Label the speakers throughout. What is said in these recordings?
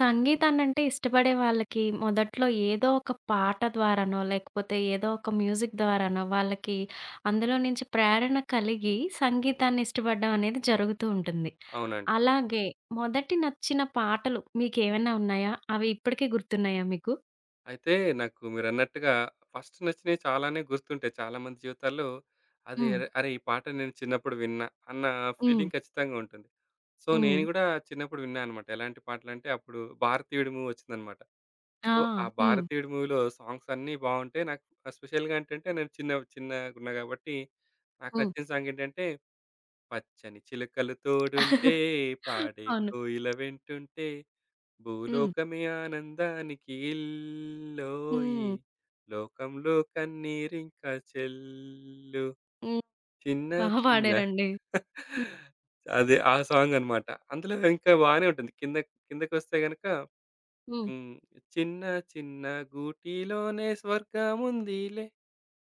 Speaker 1: సంగీతాన్నంటే ఇష్టపడే వాళ్ళకి మొదట్లో ఏదో ఒక పాట ద్వారానో, లేకపోతే ఏదో ఒక మ్యూజిక్ ద్వారానో వాళ్ళకి అందులో నుంచి ప్రేరణ కలిగి సంగీతాన్ని ఇష్టపడడం అనేది జరుగుతూ ఉంటుంది.
Speaker 2: అవునండి.
Speaker 1: అలాగే మొదటి నచ్చిన పాటలు మీకేవన్నా ఉన్నాయా? అవి ఇప్పటికి గుర్తున్నాయా మీకు?
Speaker 2: అయితే నాకు మీరన్నట్టుగా ఫస్ట్ నచ్చినవి చాలానే గుర్తుంటాయి. చాలామంది జీవితాల్లో అది
Speaker 1: హ్మ్.
Speaker 2: అరె! అరె! ఈ పాట నేను చిన్నప్పుడు విన్నా అన్న
Speaker 1: హ్మ్.
Speaker 2: ఫీలింగ్ ఖచ్చితంగా ఉంటుంది. సో,
Speaker 1: హ్మ్.
Speaker 2: నేను గూడా చిన్నప్పుడు విన్నా అనమాట. ఎలాంటి పాటలంటే అప్పుడు 'భారతీయుడు' మూవీ వచ్చిందనమాట.
Speaker 1: ఆ!
Speaker 2: సో, ఆ
Speaker 1: హ్మ్.
Speaker 2: 'భారతీయుడు' మూవీలో సాంగ్స్ అన్నీ బావుంటాయి. నాకు ఎస్పెషల్‌గా ఏంటంటే నేను చిన్న చిన్నగున్నా గాబట్టి నాకు
Speaker 1: హ్మ్.
Speaker 2: నచ్చిన సాంగ్ ఏంటంటే 'పచ్చని చిలుకలు తోడుంటే పాడే
Speaker 1: అవును.
Speaker 2: కోయిల వెంటుంటే'
Speaker 1: హ్మ్.
Speaker 2: భూలోకమే ఆనందానికి ఇల్లోయి
Speaker 1: హ్మ్.
Speaker 2: లోకంలో కన్నీరింకా చెల్లు
Speaker 1: హ్మ్.
Speaker 2: చిన్న
Speaker 1: బా
Speaker 2: చిన్న
Speaker 1: పాడారండి. హ్మ్.
Speaker 2: అదే ఆ సాంగ్ అన్నమాట. అందులో ఇంకా బానే ఉంటుంది. కింద కిందకొస్తే గనక
Speaker 1: హ్మ్.
Speaker 2: హ్మ్. చిన్న చిన్న గూటిలోనే స్వర్గముందిలే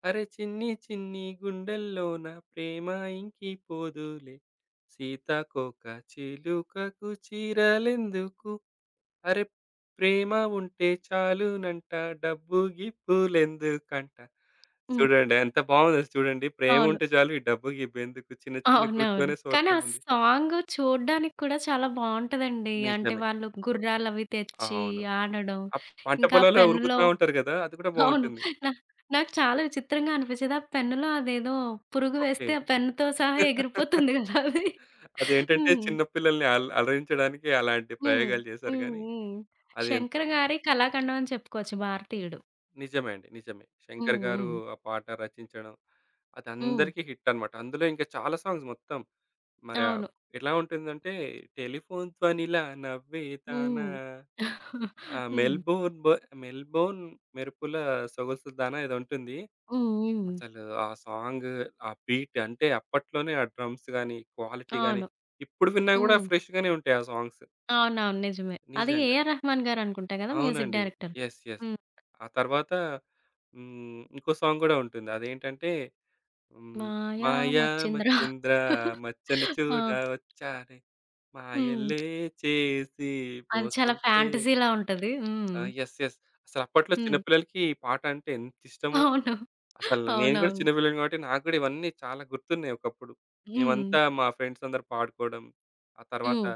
Speaker 2: అరె చిన్ని చిన్ని గుండెల్లోన ప్రేమ ఇంకిపోదులే సీతాకోక చిలుకకు చీరలెందుకు అరె! ప్రేమ ఉంటే చాలునంట డబ్బు గిప్పులెందుకంట.
Speaker 1: హ్మ్.
Speaker 2: చూడండి ఎంత బాగుందో చూడండి. ప్రేమ
Speaker 1: అవును.
Speaker 2: ఉంటే చాలు ఈ డబ్బు గిబ్బెందుకు చిన్న చిన్న
Speaker 1: అవునవును.
Speaker 2: గూట్లోనే
Speaker 1: కానీ ఆ
Speaker 2: స్వర్గముంది.
Speaker 1: సాంగు చూడ్డానికి కూడా చాలా బావుంటదండి. అంటే
Speaker 2: నిజమే.
Speaker 1: వాళ్ళు గుర్రాలవి తెచ్చి
Speaker 2: అవును.
Speaker 1: ఆడడం,
Speaker 2: ఆ పంట
Speaker 1: ఇంకా ఆ
Speaker 2: పొలాల్లో
Speaker 1: పెన్నులో
Speaker 2: ఉరుకుతా ఉంటారు గదా! అది కూడా
Speaker 1: అవును.
Speaker 2: బావుంటుంది.
Speaker 1: నా నాకు చాలా విచిత్రంగా అనిపిచ్చేది. ఆ పెన్నులో అదేదో పురుగు
Speaker 2: ఓకే.
Speaker 1: వేస్తే ఆ పెన్నుతో సహా ఎగిరిపోతుంది గదా అది.
Speaker 2: అదేంటంటే
Speaker 1: హ్మ్.
Speaker 2: చిన్న పిల్లల్ని అలరించడానికి అలాంటి
Speaker 1: హ్మ్.
Speaker 2: ప్రయోగాలు చేశారు
Speaker 1: హ్మ్.
Speaker 2: గానీ
Speaker 1: హ్మ్.
Speaker 2: అది ఎంత
Speaker 1: శంకర్ గారి కళాఖండం అని చెప్పుకోవచ్చు భారతీయుడు.
Speaker 2: నిజమే అండి. నిజమే.
Speaker 1: హ్మ్.
Speaker 2: 'శంకర్' గారు
Speaker 1: హ్మ్.
Speaker 2: ఆ పాట రచించడం, అది
Speaker 1: హ్మ్.
Speaker 2: అందరికీ హిట్ అన్నమాట. అందులో ఇంకా చాలా సాంగ్స్ మొత్తం. మరి
Speaker 1: అవును.
Speaker 2: ఎలా ఉంటుందంటే, టెలిఫోన్ ధ్వనిలా నవ్వేదానా
Speaker 1: హ్మ్.
Speaker 2: ఆ!
Speaker 1: హ్మ్.
Speaker 2: మెల్బోర్న్ మెరుపుల సొగసుదానా ఏదో ఉంటుంది.
Speaker 1: హ్మ్. హ్మ్.
Speaker 2: అసలు ఆ సాంగ్, ఆ బీట్ అంటే అప్పట్లోనే ఆ డ్రమ్స్ గాని, క్వాలిటీ గాని
Speaker 1: అవును.
Speaker 2: ఇప్పుడు విన్నా గూడా
Speaker 1: హ్మ్.
Speaker 2: ఫ్రెష్‌గానే ఉంటాయి ఆ సాంగ్స్.
Speaker 1: అవునవును. నిజమే. అది
Speaker 2: నిజంగా.
Speaker 1: ఏఆర్ రెహమాన్ గారనుకుంటా గదా! మ్యూజిక్
Speaker 2: అవునండి.
Speaker 1: డైరెక్టర్.
Speaker 2: యెస్. యెస్.
Speaker 1: హ్మ్.
Speaker 2: ఆ తర్వాత ఇంకో సాంగ్ గూడా ఉంటుంది. అదేంటంటే హ్మ్.
Speaker 1: మాయా
Speaker 2: మాయా
Speaker 1: మచ్చింద్ర.
Speaker 2: మచ్చింద్ర మచ్చను చూడ
Speaker 1: ఆ!
Speaker 2: వచ్చానే
Speaker 1: హ్మ్.
Speaker 2: మాయల్లే చేసి
Speaker 1: అది
Speaker 2: మోసం
Speaker 1: చాలా
Speaker 2: చే
Speaker 1: ఫ్యాంటసీలా ఉంటది.
Speaker 2: ఆ!
Speaker 1: హ్మ్.
Speaker 2: యెస్. యెస్. అసలు అప్పట్లో చిన్న
Speaker 1: హ్మ్.
Speaker 2: పిల్లలకి ఈ పాట అంటే ఎంత ఇష్టమో
Speaker 1: అవును.
Speaker 2: అసలు నేను గూడా
Speaker 1: అవునవును.
Speaker 2: చిన్న పిల్లని కాబట్టి నాకు గూడా ఇవన్నీ చాలా గుర్తున్నాయి ఒకప్పుడు.
Speaker 1: హ్మ్.
Speaker 2: మేమంతా మా ఫ్రెండ్స్ అందరూ పాడుకోవడం. ఆ తర్వాత
Speaker 1: హ్మ్.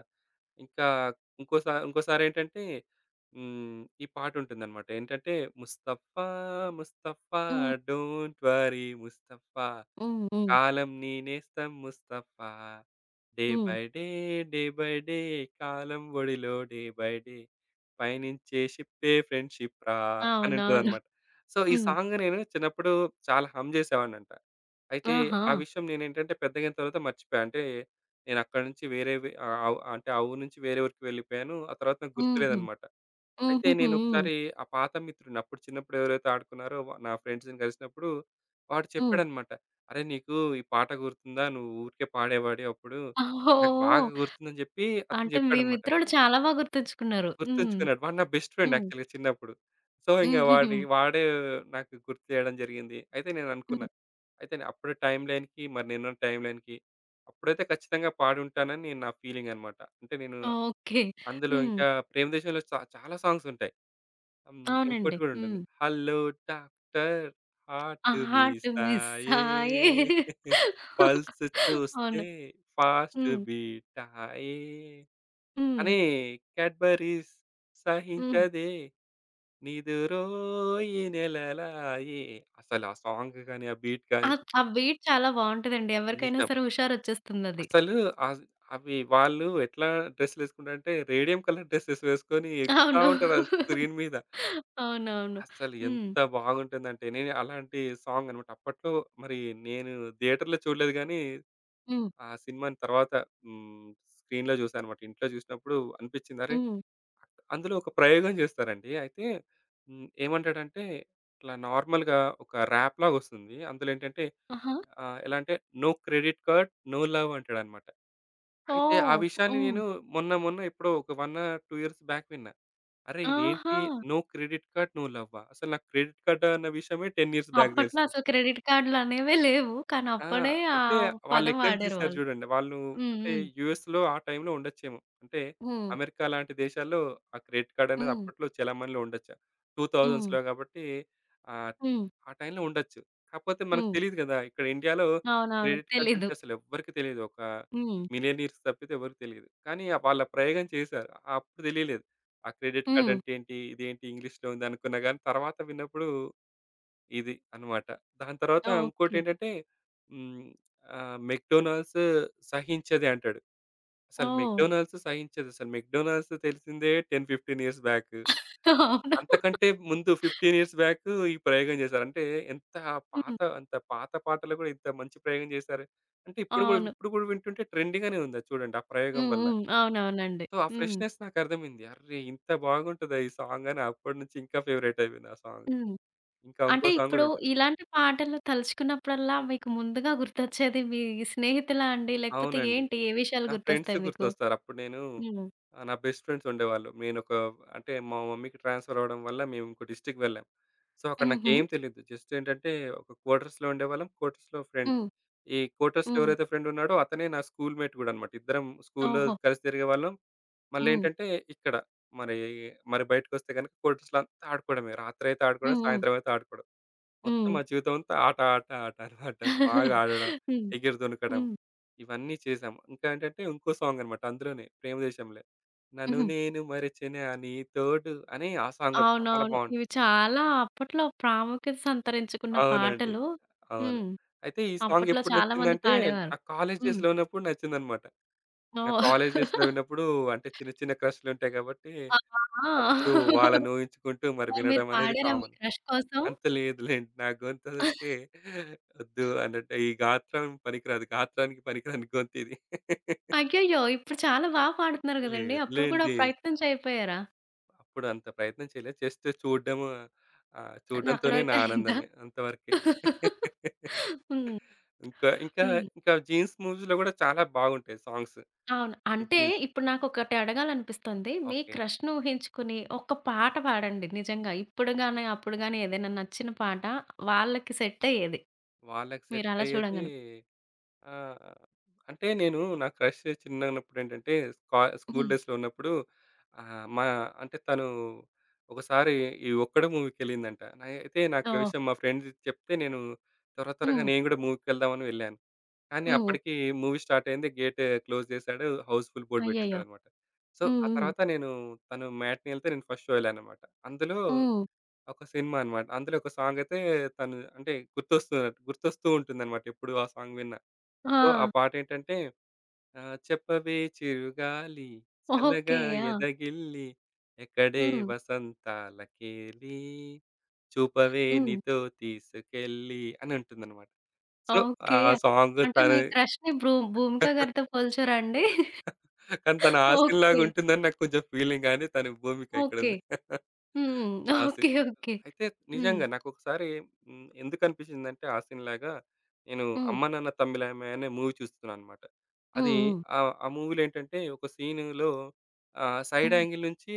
Speaker 2: ఇంకా ఇంకోసారేంటంటే ఈ పాటుంటుందన్నమాట. ఏంటంటే ముస్తఫా ముస్తఫా
Speaker 1: హ్మ్.
Speaker 2: డోంట్ వర్రీ ముస్తఫా
Speaker 1: హ్మ్. హ్మ్.
Speaker 2: కాలం నీ నేస్తం Mustafa. Day
Speaker 1: hmm.
Speaker 2: By day, day by day కాలం ఒడిలో డే బై డే. పయనించే షిప్పే ఫ్రెండ్‌షిప్ రా అని
Speaker 1: అవునవును.
Speaker 2: ఉంటదనమాట. సో, ఈ
Speaker 1: హ్మ్.
Speaker 2: సాంగ్ నేను చిన్నప్పుడు చాలా హమ్ జేసేవాడినంట. అయితే
Speaker 1: ఆహా!
Speaker 2: ఆ విషయం నేనేంటంటే పెద్దగయిన తర్వాత మర్చిపోయా. అంటే నేనక్కడి నుంచి వేరే వే ఆహ్, ఆవ్ అంటే ఆ ఊరు నుంచి వేరే ఊరికి వెళ్ళిపోయాను. ఆ తర్వాత నాకు
Speaker 1: హుహు.
Speaker 2: గుర్తులేదనమాట. అయితే
Speaker 1: హుహుహు.
Speaker 2: నేనొకసారి ఆ పాత మిత్రుడిని అప్పుడు చిన్నప్పుడు ఎవరైతే ఆడుకున్నారో నా ఫ్రెండ్స్‌ని కలిసినప్పుడు వాడు
Speaker 1: హ్మ్.
Speaker 2: చెప్పాడనమాట. "అరేయ్! నీకు ఈ పాట గుర్తుందా? నువ్వు ఊరికే పాడేవాడివి అప్పుడు. నాకు బాగా
Speaker 1: ఓహ్!
Speaker 2: గుర్తుందని" చెప్పి అతను
Speaker 1: అంటే మీ
Speaker 2: చెప్పాడనమాట.
Speaker 1: మిత్రుడు చాలా బా గుర్తుంచుకున్నారు. హ్మ్.
Speaker 2: గుర్తుంచుకున్నాడు. వాడు నా బెస్ట్ ఫ్రెండ్
Speaker 1: హ్మ్.
Speaker 2: యాక్చువల్‌గా చిన్నప్పుడు. సో, ఇంగ
Speaker 1: హుహుహు.
Speaker 2: వాడే నాకు గుర్తు చేయడం జరిగింది. అయితే నేననుకున్నా.
Speaker 1: హ్మ్.
Speaker 2: అయితే నేను అప్పుడు టైమ్ లైన్‌కి మరి నేనున్న టైమ్ లైన్‌కి అప్పుడైతే ఖచ్చితంగా పాడుంటానని నా ఫీలింగనమాట. అంటే నేను
Speaker 1: ఓకే.
Speaker 2: అందులో
Speaker 1: హ్మ్.
Speaker 2: ఇంకా 'ప్రేమదేశం'లో చాలా సాంగ్సుంటాయి. హ్మ్. ఇంకోటి
Speaker 1: అవునండి.
Speaker 2: కూడా ఉంటుంది.
Speaker 1: హ్మ్.
Speaker 2: హలో డాక్టర్
Speaker 1: ఆ!
Speaker 2: హార్ట్ మీ
Speaker 1: హార్ట్
Speaker 2: సాయే
Speaker 1: మిస్సాయే.
Speaker 2: పల్స్ చూస్తే
Speaker 1: అవును.
Speaker 2: ఫాస్ట్
Speaker 1: హ్మ్.
Speaker 2: బీటాయే
Speaker 1: హ్మ్.
Speaker 2: అని 'క్యాడ్బరీస్'
Speaker 1: హ్మ్.
Speaker 2: సహించదే నిదురోయి నెలలాయే. అసలు ఆ సాంగ్ గాని, ఆ బీట్
Speaker 1: ఆ
Speaker 2: గాని
Speaker 1: ఆ బీట్ చాలా బావుంటదండి. ఎవరికైనా
Speaker 2: నిజం.
Speaker 1: సరే హుషారొచ్చేస్తుందది.
Speaker 2: అసలు అస్ అవి వాళ్ళు ఎట్లా డ్రెస్‌లేసుకుంటారంటే రేడియం కలర్ డ్రెసెస్ వేసుకొని ఎగురుతా
Speaker 1: అవును.
Speaker 2: ఉంటారు ఆ స్క్రీన్ మీద.
Speaker 1: అవునవును.
Speaker 2: అసలు
Speaker 1: హ్మ్.
Speaker 2: ఎంత బాగుంటుందంటే, నేను అలాంటి సాంగ్ అనమాట. అప్పట్లో మరి నేను థియేటర్‌లో చూడలేదు గానీ,
Speaker 1: హ్మ్.
Speaker 2: ఆ సినిమాని తర్వాత హ్మ్. స్క్రీన్‌లో చూశాననమాట. ఇంట్లో చూసినప్పుడు అనిపిచ్చింది. అరే!
Speaker 1: హ్మ్.
Speaker 2: అందులో ఒక ప్రయోగం చేస్తారండి. అయితే ఏమంటాడంటే, ఇట్లా నార్మల్‌గా ఒక ర్యాప్ లాగొస్తుంది. అందులో ఏంటంటే
Speaker 1: ఆహా!
Speaker 2: ఎలా అంటే no credit card, no love అంటాడనమాట. అయితే ఆ
Speaker 1: ఓహ్!
Speaker 2: విషయాన్ని
Speaker 1: హ్మ్.
Speaker 2: నేను మొన్న మొన్న ఎప్పుడో ఒక 1 ఆర్ 2 ఇయర్స్ బ్యాక్ విన్నా. అరే!
Speaker 1: ఆహా!
Speaker 2: ఇదేంటి నో క్రెడిట్ కార్డ్, నో లవ్వా? అసలు నాకు క్రెడిట్ కార్డ్ అన్న విషయమే 10 ఇయర్స్ బ్యాక్
Speaker 1: అప్పట్లో
Speaker 2: తెలుసు.
Speaker 1: అసలు క్రెడిట్ కార్డులనేవే లేవు. కానీ
Speaker 2: ఆ!
Speaker 1: అప్పుడే ఆ
Speaker 2: అంటే వాళ్ళు
Speaker 1: పదం
Speaker 2: ఎక్స్చేంజ్
Speaker 1: వాడారు
Speaker 2: చేసారు
Speaker 1: వాళ్ళు.
Speaker 2: చూడండి. వాళ్ళు
Speaker 1: హ్మ్.
Speaker 2: అంటే
Speaker 1: హ్మ్.
Speaker 2: యూఎస్‌లో ఆ టైంలో ఉండొచ్చేమో. అంటే
Speaker 1: హ్మ్.
Speaker 2: అమెరికా లాంటి దేశాల్లో ఆ క్రెడిట్ కార్డ్ అనేది
Speaker 1: హ్మ్.
Speaker 2: అప్పట్లో చలామణిలో ఉండొచ్చు.
Speaker 1: హ్మ్.
Speaker 2: 2000స్‌లో కాబట్టి ఆ!
Speaker 1: హ్మ్.
Speaker 2: ఆ టైంలో ఉండొచ్చు. కాకపోతే మనకు
Speaker 1: హ్మ్.
Speaker 2: తెలీదు గదా! ఇక్కడ ఇండియాలో
Speaker 1: అవునవును.
Speaker 2: క్రెడిట్ కార్డ్
Speaker 1: తెలీదు.
Speaker 2: అంటే అసలు ఎవ్వరికీ తెలీదు. ఒక
Speaker 1: హ్మ్.
Speaker 2: మిలియనీర్స్ తప్పితే ఎవరికీ తెలీదు. కానీ ఆ వాళ్ళ ప్రయోగం చేశారు. ఆ అప్పుడు తెలియలేదు. ఆ క్రెడిట్ కార్డ్
Speaker 1: హ్మ్.
Speaker 2: అంటే ఏంటి? ఇదేంటి ఇంగ్లీష్‌లో ఉందనుకున్నా గానీ తర్వాత విన్నప్పుడు ఇది అన్నమాట. దాని తర్వాత
Speaker 1: ఓకే.
Speaker 2: ఇంకోటేంటంటే హ్మ్. మెక్‌డొనాల్డ్స్ సహించది అంటాడు. అసలు
Speaker 1: ఓహ్!
Speaker 2: మెక్‌డొనాల్డ్స్ సహించదసలు. మెక్‌డొనాల్డ్స్ తెలిసిందే 10, 15 ఇయర్స్ బ్యాక్.
Speaker 1: అవును.
Speaker 2: అంతకంటే ముందు 15 ఇయర్స్ బ్యాక్ ఈ ప్రయోగం చేశారు. అంటే ఎంత
Speaker 1: హ్మ్.
Speaker 2: పాత అంత పాత పాటలు గూడా ఇంత మంచి ప్రయోగం చేశారు. అంటే
Speaker 1: అవును.
Speaker 2: ఇప్పుడు గూడా వింటుంటే ట్రెండింగ్ గానే ఉంది అది చూడండి ఆ ప్రయోగం
Speaker 1: హ్మ్.
Speaker 2: వల్ల.
Speaker 1: హ్మ్. అవునవునండి.
Speaker 2: సో, ఆ
Speaker 1: హ్మ్.
Speaker 2: ఫ్రెష్‌నెస్ నాకర్థమైంది. అర్రే! ఇంత బాగుంటదా ఈ సాంగ్ అని అప్పటి నుంచి ఇంకా ఫేవరైట్ అయిపోయింది ఆ సాంగ్.
Speaker 1: హ్మ్.
Speaker 2: ఇంకా
Speaker 1: అంటే
Speaker 2: ఇంకో సాంగ్
Speaker 1: ఇప్పుడు
Speaker 2: గూడా ఉంటుంది.
Speaker 1: ఇలాంటి పాటలు తలుచుకున్నప్పుడల్లా మీకు ముందుగా గుర్తొచ్చేది మీ స్నేహితులా అండి? లేకపోతే
Speaker 2: అవునండి.
Speaker 1: ఏంటి? ఏ విషయాలు
Speaker 2: నా ఫ్రెండ్స్
Speaker 1: గుర్తొస్తాయి మీకు?
Speaker 2: గుర్తొస్తారు. అప్పుడు నేను
Speaker 1: హ్మ్.
Speaker 2: నా బెస్ట్ ఫ్రెండ్స్ ఉండేవాళ్ళు. నేనొక అంటే మా మమ్మీకి ట్రాన్స్‌ఫర్ అవ్వడం వల్ల మేము ఇంకో డిస్ట్రిక్ట్ వెళ్ళాం. సో, అక్కడ
Speaker 1: హుహు.
Speaker 2: నాకేం తెలీదు. జస్ట్ ఏంటంటే ఒక క్వార్టర్స్‌లో ఉండేవాళ్ళం. క్వార్టర్స్‌లో ఫ్రెండ్స్.
Speaker 1: హ్మ్.
Speaker 2: ఈ కోటర్స్‌లో
Speaker 1: హ్మ్.
Speaker 2: ఎవరైతే ఫ్రెండ్ ఉన్నాడో అతనే నా స్కూల్ మేట్ గూడా అన్నమాట. ఇద్దరం స్కూల్‌లో
Speaker 1: ఓహో!
Speaker 2: కలిసి తిరిగేవాళ్ళం.
Speaker 1: హ్మ్.
Speaker 2: మళ్ళేంటంటే ఇక్కడ మరి, మరి బయటకొస్తే గనుక కోటర్స్‌లో అంతా ఆడుకోవడమే. రాత్రయితే ఆడుకోవడం,
Speaker 1: హ్మ్. హ్మ్.
Speaker 2: సాయంత్రం అయితే ఆడుకోవడం. మొత్తం
Speaker 1: హ్మ్.
Speaker 2: మా జీవితం అంతా ఆట, ఆట, ఆట అన్నమాట. బాగా ఆడడం,
Speaker 1: హ్మ్.
Speaker 2: ఎగిరి దొనకడం
Speaker 1: హ్మ్.
Speaker 2: ఇవన్నీ చేశాం. ఇంకా ఏంటంటే ఇంకో సాంగ్ అన్నమాట అందులోనే 'ప్రేమదేశం‌లో' 'నన్ను
Speaker 1: హుహు.
Speaker 2: నేను మరచెనా నీ తోడు' అని ఆ సాంగ్ గూడా చాలా
Speaker 1: అవునవును.
Speaker 2: బావుంటుంది.
Speaker 1: ఇవి చాలా అప్పట్లో ప్రాముఖ్యత సంతరించుకున్న
Speaker 2: అవునండి.
Speaker 1: పాటలు.
Speaker 2: అవును.
Speaker 1: హ్మ్.
Speaker 2: అయితే ఈ
Speaker 1: అప్పట్లో
Speaker 2: సాంగెప్పుడు
Speaker 1: చాలా మంది
Speaker 2: నచ్చిందంటే,
Speaker 1: పాడేవారు.
Speaker 2: నా కాలేజ్
Speaker 1: హ్మ్.
Speaker 2: డేస్‌లో ఉన్నప్పుడు నచ్చిందనమాట. నా
Speaker 1: ఓహ్!
Speaker 2: కాలేజ్ డేస్‌లో ఉన్నప్పుడు అంటే చిన్న చిన్న క్రష్‌లుంటాయి కాబట్టి,
Speaker 1: ఆ!
Speaker 2: అప్పుడు
Speaker 1: ఆ!
Speaker 2: వాళ్ళని ఊహించుకుంటూ మరి
Speaker 1: మరి మీరు
Speaker 2: వినడం అనేది
Speaker 1: పాడారా మీ
Speaker 2: కామన్.
Speaker 1: క్రష్ కోసం?
Speaker 2: అంత లేదులెండి. నా గొంతసలకే వద్దు అన్నట్టు. ఈ గాత్రం పనికిరాదు. గాత్రానికి పనికిరాని గొంతిది.
Speaker 1: అయ్యయ్యో! ఇప్పుడు చాలా బా పాడుతున్నారు గదండీ! అప్పుడు కూడా
Speaker 2: లేదులెండి.
Speaker 1: ప్రయత్నం చేయకపోయారా?
Speaker 2: అప్పుడు అంత ప్రయత్నం చేయలేదు. జస్ట్ చూడడం
Speaker 1: అది అక్కడ
Speaker 2: చూడడంతోనే నా
Speaker 1: వరకే అయిందా?
Speaker 2: ఆనందమే. అంతవరకే.
Speaker 1: హ్మ్.
Speaker 2: ఇంకా ఇంకా
Speaker 1: హ్మ్.
Speaker 2: ఇంకా జీన్స్ మూవీస్‌లో గూడా చాలా బాగుంటాయి సాంగ్స్.
Speaker 1: అవును. అంటే
Speaker 2: జీన్స్.
Speaker 1: ఇప్పుడు నాకొకటి అడగాలనిపిస్తుంది. మీ
Speaker 2: ఓకే.
Speaker 1: క్రష్‌ను ఊహించుకుని ఒక పాట పాడండి నిజంగా. ఇప్పుడు గాని, అప్పుడు గాని ఏదైనా నచ్చిన పాట వాళ్ళకి సెట్ అయ్యేది.
Speaker 2: వాళ్ళకి సెట్
Speaker 1: మీరలా
Speaker 2: అయ్యేది
Speaker 1: చూడంగానే.
Speaker 2: ఆ! అంటే నేను నా క్రష్ చిన్నగున్నప్పుడేంటంటే స్కూల్
Speaker 1: హ్మ్.
Speaker 2: డేస్‌లో ఉన్నప్పుడు మా అంటే తను ఒకసారి ఈ 'ఒక్కడు' మూవీకెళ్ళిందంట. నా అయితే నాకు ఈ
Speaker 1: ఓహ్!
Speaker 2: విషయం మా ఫ్రెండ్ చెప్తే నేను త్వరగా
Speaker 1: హ్మ్.
Speaker 2: నేను గూడా మూవీకెళ్దామని వెళ్ళాను. కానీ
Speaker 1: హ్మ్.
Speaker 2: అప్పటికి మూవీ స్టార్ట్ అయింది. గేట్ క్లోజ్ చేశాడు. హౌస్‌ఫుల్ బోర్డ్
Speaker 1: అయ్యయ్యో!
Speaker 2: పెట్టేసాడన్నమాట. సో,
Speaker 1: హ్మ్.
Speaker 2: ఆ
Speaker 1: హ్మ్.
Speaker 2: తర్వాత నేను తను మ్యాట్‌ని ఎళ్తే నేను ఫస్ట్ షో ఎళ్ళానన్నమాట. అందులో
Speaker 1: హ్మ్.
Speaker 2: ఒక సినిమా అన్నమాట. అందులో ఒక సాంగయితే తను అంటే గుర్తొస్తూ ఉంటుందన్నమాట ఎప్పుడు ఆ సాంగ్ విన్నా. సో, ఆ
Speaker 1: ఆ!
Speaker 2: పాటేంటంటే చెప్పవే చిరుగాలి చల్లగా
Speaker 1: ఓకే. ఆ!
Speaker 2: ఎదగిల్లి ఎక్కడే
Speaker 1: హ్మ్.
Speaker 2: వసంతాలకేలి చూపవే
Speaker 1: హ్మ్.
Speaker 2: నీతో తీసుకెళ్ళి అని ఉంటుందన్నమాట. సో, ఆ
Speaker 1: ఓకే.
Speaker 2: సాంగ్
Speaker 1: అంటే
Speaker 2: తను
Speaker 1: మీ క్రష్‌ని 'భూమిక' గారితో పోల్చారా అండి?
Speaker 2: కానీ తను ఆసిన్
Speaker 1: ఓకే.
Speaker 2: లాగుంటుందని నాకు కొంచెం ఫీలింగ్ గానీ తను భూమిక
Speaker 1: ఓకే.
Speaker 2: ఇక్కడుంది.
Speaker 1: హ్మ్.
Speaker 2: ఆసిన్.
Speaker 1: ఓకే. ఓకే.
Speaker 2: అయితే
Speaker 1: హ్మ్.
Speaker 2: నిజంగా నాకొకసారి ఎందుకనిపిచ్చిందంటే ఆ సీన్‌లాగా నేను
Speaker 1: హ్మ్.
Speaker 2: 'అమ్మ నాన్న తమ్మిలామె' అనే మూవీ చూస్తున్నానన్నమాట.
Speaker 1: హ్మ్.
Speaker 2: అది
Speaker 1: హ్మ్.
Speaker 2: ఆ మూవీలో ఏంటంటే ఒక సీనులో సైడ్
Speaker 1: హ్మ్.
Speaker 2: యాంగిల్ నుంచి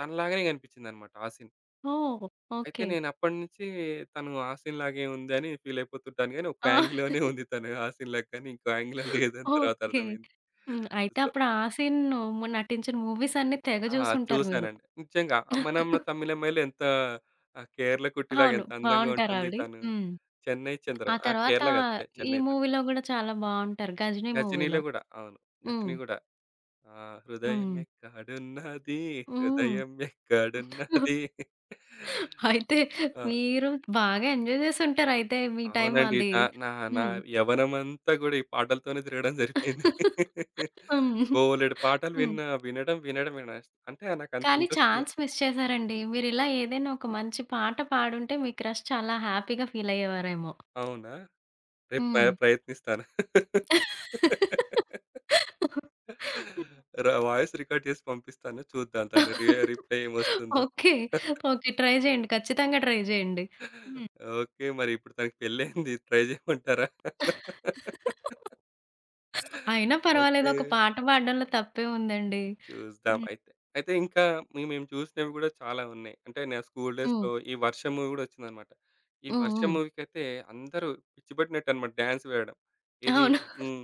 Speaker 2: తనలాగానే కనిపిచ్చిందన్నమాట ఆ సీన్.
Speaker 1: ఓహ్!
Speaker 2: అయితే
Speaker 1: ఓకే.
Speaker 2: నేను అప్పటినుంచి తను ఆ సీన్‌లాగే ఉంది అని ఫీల్ అయిపోతుంటాను గానీ, ఒక
Speaker 1: ఆ!
Speaker 2: యాంగిల్‌లోనే ఉంది తను ఆ సీన్‌లాగా కానీ ఇంకో యాంగిల్‌లో లేదని తర్వాత
Speaker 1: ఓకే.
Speaker 2: అర్థమైంది.
Speaker 1: హ్మ్. అయితే
Speaker 2: సో
Speaker 1: అప్పుడు ఆ సీన్ నటించిన మూవీస్ అన్నీ తెగ
Speaker 2: ఆ!
Speaker 1: జూసుంటారు మీరు.
Speaker 2: చూసానండి. నిజంగా 'అమ్మ నాన్న తమ్మిలమ్మాయి'లో ఎంత కేరళ కుట్టిలాగా
Speaker 1: అవును.
Speaker 2: ఎంత అందంగా
Speaker 1: బావుంటారు
Speaker 2: ఉంటుంది
Speaker 1: ఆవిడ.
Speaker 2: తను.
Speaker 1: హ్మ్.
Speaker 2: చెన్నై
Speaker 1: ఆ
Speaker 2: చంద్రమ. ఆ!
Speaker 1: తర్వాత
Speaker 2: కేరళ కాదు.
Speaker 1: ఈ
Speaker 2: చెన్నై చంద్రమ.
Speaker 1: మూవీలో గూడా చాలా బావుంటారు 'గజినీ'
Speaker 2: గజినీలో
Speaker 1: మూవీలో.
Speaker 2: గూడా. అవును.
Speaker 1: హ్మ్.
Speaker 2: గజిని గూడా. ఆ!
Speaker 1: హ్మ్.
Speaker 2: హృదయమెక్కడున్నది?
Speaker 1: హ్మ్.
Speaker 2: హృదయమెక్కడున్నది?
Speaker 1: అయితే
Speaker 2: ఆ!
Speaker 1: మీరు బాగా ఎంజాయ్ చేసుంటారయితే మీ టైం
Speaker 2: అవునండి.
Speaker 1: అది.
Speaker 2: నా నా నా
Speaker 1: హ్మ్.
Speaker 2: యవ్వనమంతా గూడా ఈ పాటలతోనే తిరగడం జరిపోయింది.
Speaker 1: హ్మ్.
Speaker 2: బోలెడు పాటలు
Speaker 1: హ్మ్.
Speaker 2: విన్నా. వినడం, వినడం, వినడం. అంటే నాకంత
Speaker 1: కానీ
Speaker 2: ఇంట్రెస్ట్ ఉంది.
Speaker 1: ఛాన్స్ మిస్ చేసారండి. మీరిలా ఏదైనా ఒక మంచి పాట పాడుంటే మీ క్రష్ చాలా హ్యాపీగా ఫీలయ్యేవారేమో.
Speaker 2: అవునా? రేపు
Speaker 1: హ్మ్.
Speaker 2: ప్రయత్నిస్తాను. వాయిస్ రికార్డ్ చేసి పంపిస్తాను. చూద్దాం దాని రిప్లై ఏమొస్తుందో.
Speaker 1: ఓకే. ఓకే. ట్రై చేయండి. ఖచ్చితంగా ట్రై చేయండి. హ్మ్.
Speaker 2: ఓకే. మరి ఇప్పుడు తనకి పెళ్లయింది. ట్రై చేయమంటారా?
Speaker 1: అయినా పర్వాలేదు.
Speaker 2: ఓకే.
Speaker 1: ఒక పాట పాడడంలో తప్పేముందండి.
Speaker 2: చూద్దాం
Speaker 1: హ్మ్.
Speaker 2: అయితే. అయితే ఇంకా మేము చూసినవి గూడా చాలా ఉన్నాయి. అంటే నా స్కూల్
Speaker 1: హ్మ్.
Speaker 2: డేస్‌లో ఈ 'వర్షం' మూవీ గూడా వచ్చిందనమాట. ఈ
Speaker 1: హ్మ్.
Speaker 2: 'వర్షం'
Speaker 1: హ్మ్.
Speaker 2: మూవీకైతే అందరూ పిచ్చిపట్టినట్టనమాట డాన్స్ వేయడం. ఇది
Speaker 1: అవును.
Speaker 2: హ్మ్.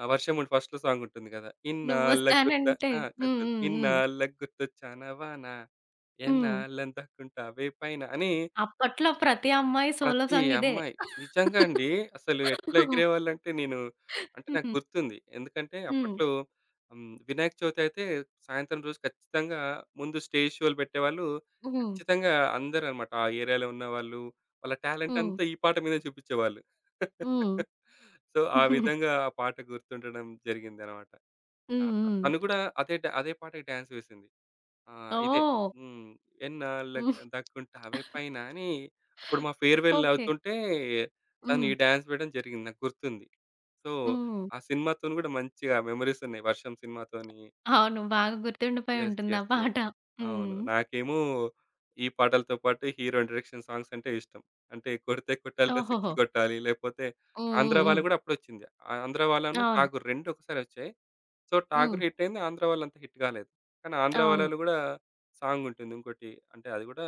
Speaker 2: ఆ 'వర్షం' మూవీ ఫస్ట్‌లో సాంగ్ ఉంటుంది గదా! ఇన్నాళ్ళకి గుర్త
Speaker 1: నువ్వొస్తానంటే
Speaker 2: ఆ! కాదు
Speaker 1: హ్మ్.
Speaker 2: కాదు.
Speaker 1: హ్మ్. హ్మ్.
Speaker 2: ఇన్నాళ్ళకి గుర్తొచ్చానవా నా
Speaker 1: హ్మ్.
Speaker 2: ఎన్నాళ్ళని దాక్కుంటావే పైన అని
Speaker 1: అప్పట్లో ప్రతి అమ్మాయి సోలో
Speaker 2: ప్రతి
Speaker 1: సాంగ్ ఇదే.
Speaker 2: అమ్మాయి. నిజంగా అండి. అసలు ఎట్లా ఎగిరేవాళ్ళంటే నేను అంటే నాకు
Speaker 1: హ్మ్.
Speaker 2: గుర్తుంది. ఎందుకంటే
Speaker 1: హ్మ్.
Speaker 2: అప్పట్లో వినాయక చవితి అయితే సాయంత్రం రోజు ఖచ్చితంగా ముందు స్టేజ్ షోలు పెట్టేవాళ్ళు.
Speaker 1: హ్మ్. హ్మ్.
Speaker 2: ఖచ్చితంగా అందరనమాట. ఆ ఏరియాలో ఉన్నవాళ్ళు వాళ్ళ టాలెంట్
Speaker 1: హ్మ్.
Speaker 2: అంతా ఈ పాట మీదే చూపించేవాళ్ళు.
Speaker 1: హ్మ్.
Speaker 2: సో, ఆ విధంగా ఆ పాట గుర్తుండడం జరిగిందనమాట.
Speaker 1: హ్మ్. హ్మ్.
Speaker 2: తను కూడా అదే అదే పాటకి డాన్స్ వేసింది. ఆ! ఇదే.
Speaker 1: ఓహ్!
Speaker 2: హ్మ్. ఎన్నాళ్ళకి
Speaker 1: హ్మ్.
Speaker 2: దక్కుంటావే పైన అని అప్పుడు మా ఫేర్‌వెల్
Speaker 1: ఓకే.
Speaker 2: అవుతుంటే తను
Speaker 1: హ్మ్.
Speaker 2: ఈ డాన్స్ వేయడం జరిగింది. నాకు గుర్తుంది. సో,
Speaker 1: హ్మ్.
Speaker 2: ఆ సినిమాతోని గూడా మంచిగా మెమోరీస్ ఉన్నాయి. 'వర్షం' సినిమాతోని.
Speaker 1: అవును. బాగా గుర్తుండిపోయి
Speaker 2: యెస్.
Speaker 1: ఉంటుంది ఆ
Speaker 2: యెస్. యెస్.
Speaker 1: పాట.
Speaker 2: అవును.
Speaker 1: హ్మ్.
Speaker 2: నాకేమో ఈ పాటలతో పాటు హీరో ఇంట్రడక్షన్ సాంగ్స్ అంటే ఇష్టం. అంటే కొడితే కొట్టాలిరా సిక్స్
Speaker 1: ఓహోహో!
Speaker 2: కొట్టాలి. లేకపోతే
Speaker 1: హ్మ్.
Speaker 2: ఆంధ్ర
Speaker 1: హ్మ్. హ్మ్.
Speaker 2: వాళ్ళయి గూడా అప్పుడొచ్చింది. ఆంధ్ర వాళ్ళను
Speaker 1: అవును.
Speaker 2: ఠాగూర్ 2 ఒకసారే వచ్చాయి. సో
Speaker 1: హ్మ్.
Speaker 2: 'ఠాగూర్' హిట్టయింది. ఆంధ్ర వాళ్ళంత హిట్ గాలేదు. కానీ ఆంధ్ర
Speaker 1: అవును.
Speaker 2: వాళ్ళలో గూడా సాంగుంటుంది ఇంకోటి. అంటే అది గూడా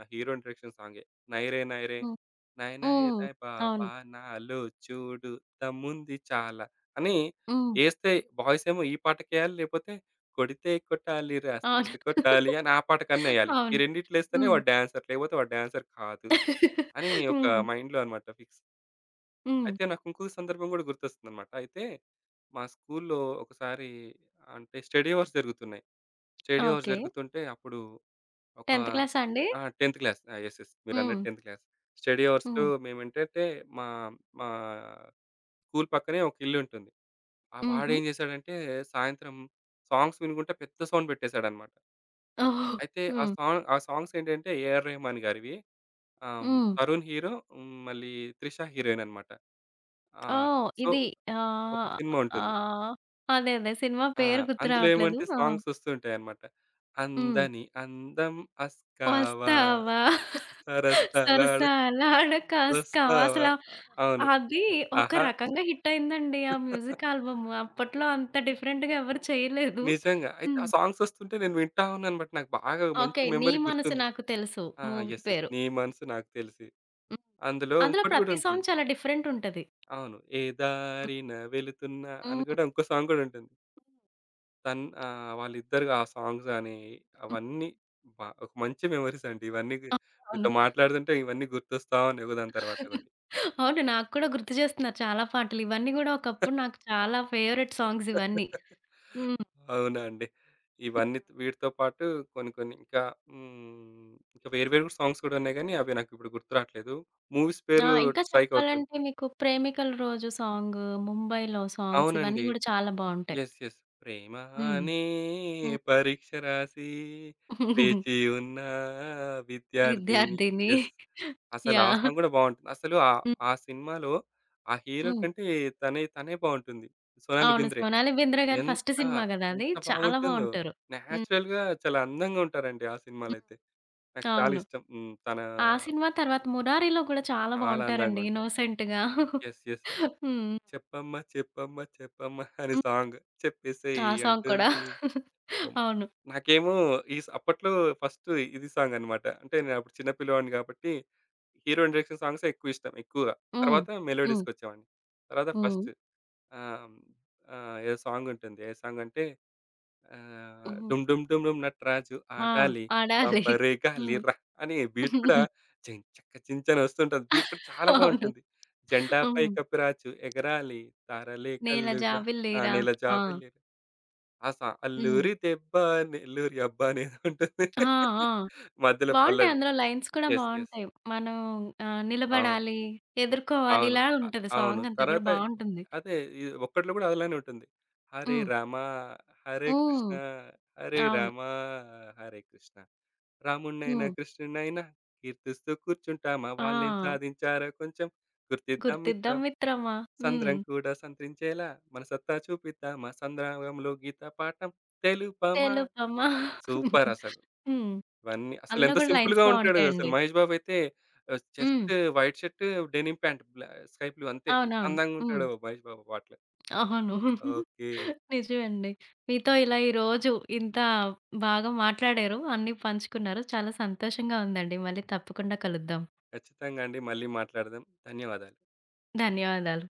Speaker 2: హీరోయిన్ డైరెక్షన్ సాంగే. 'నైరే నైరే
Speaker 1: హ్మ్.
Speaker 2: నై నై
Speaker 1: హ్మ్.
Speaker 2: రై బాబా
Speaker 1: అవును.
Speaker 2: నాలో చూడు దమ్ముంది చాలా' అని
Speaker 1: హ్మ్.
Speaker 2: యేస్తే బాయ్సేమో ఈ పాటకేయాలి, లేపోతే కొడితే కొట్టాలిరా
Speaker 1: అవును.
Speaker 2: సిక్స్ కొట్టాలి అని ఆ పాట కన్నా ఎయాలి. ఈ
Speaker 1: అవును.
Speaker 2: రెండిట్లేస్తేనే
Speaker 1: హ్మ్.
Speaker 2: వాడు డాన్సర్ లేకపోతే వాడు డాన్సర్ కాదు అని ఒక
Speaker 1: హ్మ్.
Speaker 2: మైండ్‌లో అన్నమాట ఫిక్స్.
Speaker 1: హ్మ్.
Speaker 2: అయితే నాకు ఇంకొక సందర్భం గూడా గుర్తొస్తుందనమాట. అయితే మా స్కూల్‌లో ఒకసారి అంటే స్టడీ అవర్స్ జరుగుతున్నాయి. Study hours
Speaker 1: okay.
Speaker 2: జరుగుతుంటే అప్పుడు ఒక
Speaker 1: 10థ్ క్లాసా అండి?
Speaker 2: ఆ! 10థ్ క్లాస్. ఆ! యెస్. యెస్.
Speaker 1: హ్మ్.
Speaker 2: మీరన్నట్టు 10థ్ క్లాస్. స్టడీ అవర్స్‌లో
Speaker 1: హ్మ్.
Speaker 2: మేమేంటంటే మా మా స్కూల్ పక్కనే ఒక ఇల్లుంటుంది. ఆ
Speaker 1: హుహు.
Speaker 2: వాడేం జేశాడంటే సాయంత్రం సాంగ్స్ వినుకుంట పెద్ద సౌండ్ పెట్టేశాడనమాట.
Speaker 1: ఓహ్!
Speaker 2: అయితే
Speaker 1: హ్మ్.
Speaker 2: ఆ సాంగ్స్ ఏంటంటే ఏఆర్ రెహమాన్ గారివి.
Speaker 1: హ్మ్.
Speaker 2: తరుణ్ హీరో, మళ్ళీ త్రిష హీరోయిన్ అనమాట. ఆ!
Speaker 1: ఓహ్!
Speaker 2: సో,
Speaker 1: ఇది
Speaker 2: ఒక
Speaker 1: ఆహ్,
Speaker 2: సినిమా ఉంటుంది.
Speaker 1: ఆహ్, అదే అదే. సినిమా
Speaker 2: ఆ!
Speaker 1: పేరు గుర్తు
Speaker 2: అందులో
Speaker 1: రావట్లేదు.
Speaker 2: ఏమంటే
Speaker 1: ఆ!
Speaker 2: సాంగ్స్ వస్తుంటాయన్నమాట.
Speaker 1: హ్మ్.
Speaker 2: అందని అందం అస్కావా
Speaker 1: వస్తావా
Speaker 2: సరసలాడు
Speaker 1: సరసాల కాస్తావా
Speaker 2: వస్తావా
Speaker 1: అసల
Speaker 2: అ అవును.
Speaker 1: అది ఒక
Speaker 2: ఆహా!
Speaker 1: రకంగా హిట్ అయిందండి. ఆ మ్యూజిక్ ఆల్బమ్. అప్పట్లో అంత డిఫరెంట్‌గా ఎవరు చేయలేదు.
Speaker 2: నిజంగా. అయితే ఆ
Speaker 1: హ్మ్.
Speaker 2: సాంగ్స్ వస్తుంటే నేను వింటా ఉన్నానన్నమాట. నాకు బాగా మంచి
Speaker 1: ఓకే. 'నీ
Speaker 2: మెమరీ
Speaker 1: మనసు
Speaker 2: గుర్తుంది.
Speaker 1: నాకు తెలుసు'
Speaker 2: ఆ!
Speaker 1: Movie
Speaker 2: yes. యెస్.
Speaker 1: పేరు.
Speaker 2: నీ మనసు నాకు తెలిసి.
Speaker 1: హ్మ్.
Speaker 2: అందులో
Speaker 1: అందులో
Speaker 2: ఇంకోటి గూడా
Speaker 1: ప్రతి
Speaker 2: ఉంటుంది.
Speaker 1: సాంగ్ చాలా డిఫరెంట్ ఉంటది.
Speaker 2: అవును. ఏ దారిన వెళుతున్నా
Speaker 1: హ్మ్.
Speaker 2: అని కూడా ఇంకో సాంగ్ గూడా ఉంటుంది. వాళ్ళిద్దరు ఆ సాంగ్స్ గాని, అవన్నీ ఒక మంచి మెమోరీస్ అండి. ఇవన్నీ గు
Speaker 1: ఆ!
Speaker 2: మీతో
Speaker 1: అవును.
Speaker 2: మాట్లాడుతుంటే ఇవన్నీ గుర్తొస్తా ఉన్నాయి ఒకదాని తర్వాత ఒకటి.
Speaker 1: అవును. నాకు కూడా గుర్తు చేస్తున్నారు చాలా పాటలు. ఇవన్నీ గూడా ఒకప్పుడు నాకు చాలా ఫేవరెట్ సాంగ్స్ ఇవన్నీ. హ్మ్.
Speaker 2: అవునండి.
Speaker 1: హ్మ్.
Speaker 2: ఇవన్నీ వీటితో పాటు కొన్ని కొన్ని ఇంకా ఇంకా వేరు వేరు సాంగ్స్ కూడా ఉన్నాయి గానీ, అవి నాకిప్పుడు గుర్తు రావట్లేదు. మూవీస్
Speaker 1: ఆ!
Speaker 2: పేరు
Speaker 1: ఇంకా
Speaker 2: స్ట్రైక్ అవుతుంది.
Speaker 1: చెప్పాలంటే మీకు 'ప్రేమికుల రోజు' సాంగ్, 'ముంబైలో' సాంగ్స్ ఇవన్నీ
Speaker 2: అవునండి.
Speaker 1: గూడా చాలా బావుంటాయి.
Speaker 2: యెస్. యెస్. ప్రేమ
Speaker 1: హ్మ్.
Speaker 2: అనే పరీక్ష రాసి,
Speaker 1: హ్మ్.
Speaker 2: వేచి ఉన్న విద్యార్థిని.
Speaker 1: 'విద్యార్థిని'
Speaker 2: యెస్. అసలు ఆ
Speaker 1: యాహ్!
Speaker 2: సాంగ్ గూడా బావుంటుంది. అసలు
Speaker 1: హ్మ్.
Speaker 2: ఆ సినిమాలో ఆ హీరో
Speaker 1: హ్మ్.
Speaker 2: కంటే తనే తనే బావుంటుంది. సోనాలి
Speaker 1: అవును.
Speaker 2: బెంద్రే.
Speaker 1: 'సోనాలి బెంద్రే' గారి ఫస్ట్
Speaker 2: ఎంత
Speaker 1: సినిమా గదా! అది.
Speaker 2: ఎంత
Speaker 1: చాలా
Speaker 2: బాగుంటుందో!
Speaker 1: బావుంటారు. హ్మ్.
Speaker 2: నేచురల్‌గా చాలా అందంగా ఉంటారండి ఆ
Speaker 1: హ్మ్.
Speaker 2: సినిమాలైతే. నాకు చాలా
Speaker 1: అవును.
Speaker 2: ఇష్టం. తన
Speaker 1: ఆ సినిమా తర్వాత 'మురారిలో' గూడా చాలా
Speaker 2: చాలా అందంగా
Speaker 1: బావుంటారండి.
Speaker 2: ఉంటారు.
Speaker 1: ఇన్నోసెంట్‌గా.
Speaker 2: యెస్. యెస్.
Speaker 1: హ్మ్.
Speaker 2: చెప్పమ్మా చెప్పమ్మా చెప్పమ్మా అనే
Speaker 1: హ్మ్.
Speaker 2: సాంగ్ చెప్పేసేయ్
Speaker 1: ఆ సాంగ్ కూడా.
Speaker 2: అంటుంది. అవును.
Speaker 1: అవును.
Speaker 2: నాకేమో ఈస్ అప్పట్లో ఫస్ట్ ఇది సాంగ్ అన్నమాట. అంటే నేనప్పుడు చిన్న పిల్లవాడిని కాబట్టి, హీరోయిన్ డైరెక్షన్ సాంగ్సే ఎక్కువ ఇష్టం ఎక్కువగా.
Speaker 1: హ్మ్.
Speaker 2: తర్వాత
Speaker 1: హ్మ్.
Speaker 2: మెలోడీస్‌కొచ్చేవాడిని. తర్వాత
Speaker 1: హ్మ్.
Speaker 2: ఫస్ట్ ఆహ్, ఏదో సాంగ్ ఉంటుంది. ఏ సాంగ్ అంటే
Speaker 1: హ్మ్.
Speaker 2: 'డుమ్ డుమ్ డుమ్ డుమ్ నటరాజు
Speaker 1: ఆ!
Speaker 2: ఆడాలి
Speaker 1: ఆడాలి.
Speaker 2: పంపరే
Speaker 1: హ్మ్.
Speaker 2: గాలిరా' అని బీట్ కూడా చెక్క చించని వస్తుంటది. బీట్ కూడా చాలా
Speaker 1: అవును.
Speaker 2: బావుంటుంది. 'జెండాపై
Speaker 1: హ్మ్.
Speaker 2: కపిరాజు ఎగరాలి తారలే
Speaker 1: నేల
Speaker 2: కల్లుగా ఆ!
Speaker 1: జాబిల్లిరా.
Speaker 2: నేల
Speaker 1: ఆ!
Speaker 2: జాబిల్లిరా.' ఆ సా
Speaker 1: హ్మ్.
Speaker 2: అల్లూరి దెబ్బ నెల్లూరి అబ్బా అనేది ఉంటుంది.
Speaker 1: ఆ! ఆ!
Speaker 2: మధ్యలో
Speaker 1: బావుంటాయి.
Speaker 2: పల్లవి.
Speaker 1: అందులో లైన్స్ కూడా
Speaker 2: యెస్. యెస్.
Speaker 1: బావుంటాయి. మనం ఆహ్,
Speaker 2: అవును.
Speaker 1: నిలబడాలి, ఎదుర్కోవాలి
Speaker 2: అవును.
Speaker 1: ఇలా
Speaker 2: అ
Speaker 1: ఉంటది
Speaker 2: అవును.
Speaker 1: సాంగ్ అంతా కూడా
Speaker 2: తర్వాత
Speaker 1: బావుంటుంది.
Speaker 2: అదే ఈ ఒక్కట్లో కూడా అలానే ఉంటుంది. హరే
Speaker 1: హ్మ్.
Speaker 2: రామ, హరే కృష్ణ,
Speaker 1: హ్మ్.
Speaker 2: హరే
Speaker 1: అవును.
Speaker 2: రామ, హరే కృష్ణ. రాముడినైనా,
Speaker 1: హ్మ్.
Speaker 2: కృష్ణుడినైనా కీర్తిస్తూ కూర్చుంటామా వాళ్ళేం
Speaker 1: ఆ!
Speaker 2: సాధించారో కొంచెం గుర్తిద్దాం
Speaker 1: గుర్తిద్దాం
Speaker 2: మిత్రం.
Speaker 1: మిత్రమా, హ్మ్.
Speaker 2: సంద్రం కూడా సంత్రించేలా మన సత్తా చూపిద్దామా సంద్రంలో గీత పాఠం తెలుపమా.
Speaker 1: తెలుపమా
Speaker 2: సూపరసలు.
Speaker 1: హ్మ్.
Speaker 2: ఇవన్నీ
Speaker 1: అందులో
Speaker 2: అసలెంత
Speaker 1: కూడా లైన్స్
Speaker 2: సింపుల్‌గా ఉంటాడు. అసలు
Speaker 1: బావుంటాయండి.
Speaker 2: మహేష్ బాబు అయితే
Speaker 1: హ్మ్.
Speaker 2: Just white shirt, denim pant, బ్లా స్కై బ్లూ అంతే. ఎంత
Speaker 1: అవునవును. హ్మ్.
Speaker 2: అందంగుంటాడో మహేష్ బాబు పాటలు.
Speaker 1: అవును.
Speaker 2: ఓకే.
Speaker 1: నిజమండి. మీతో ఇలా ఈరోజు ఇంత బాగా మాట్లాడారు. అన్నీ పంచుకున్నారు. చాలా సంతోషంగా ఉందండి. మళ్ళీ తప్పకుండా కలుద్దాం.
Speaker 2: ఖచ్చితంగా అండి. మళ్ళీ మాట్లాడదాం. ధన్యవాదాలు.
Speaker 1: ధన్యవాదాలు.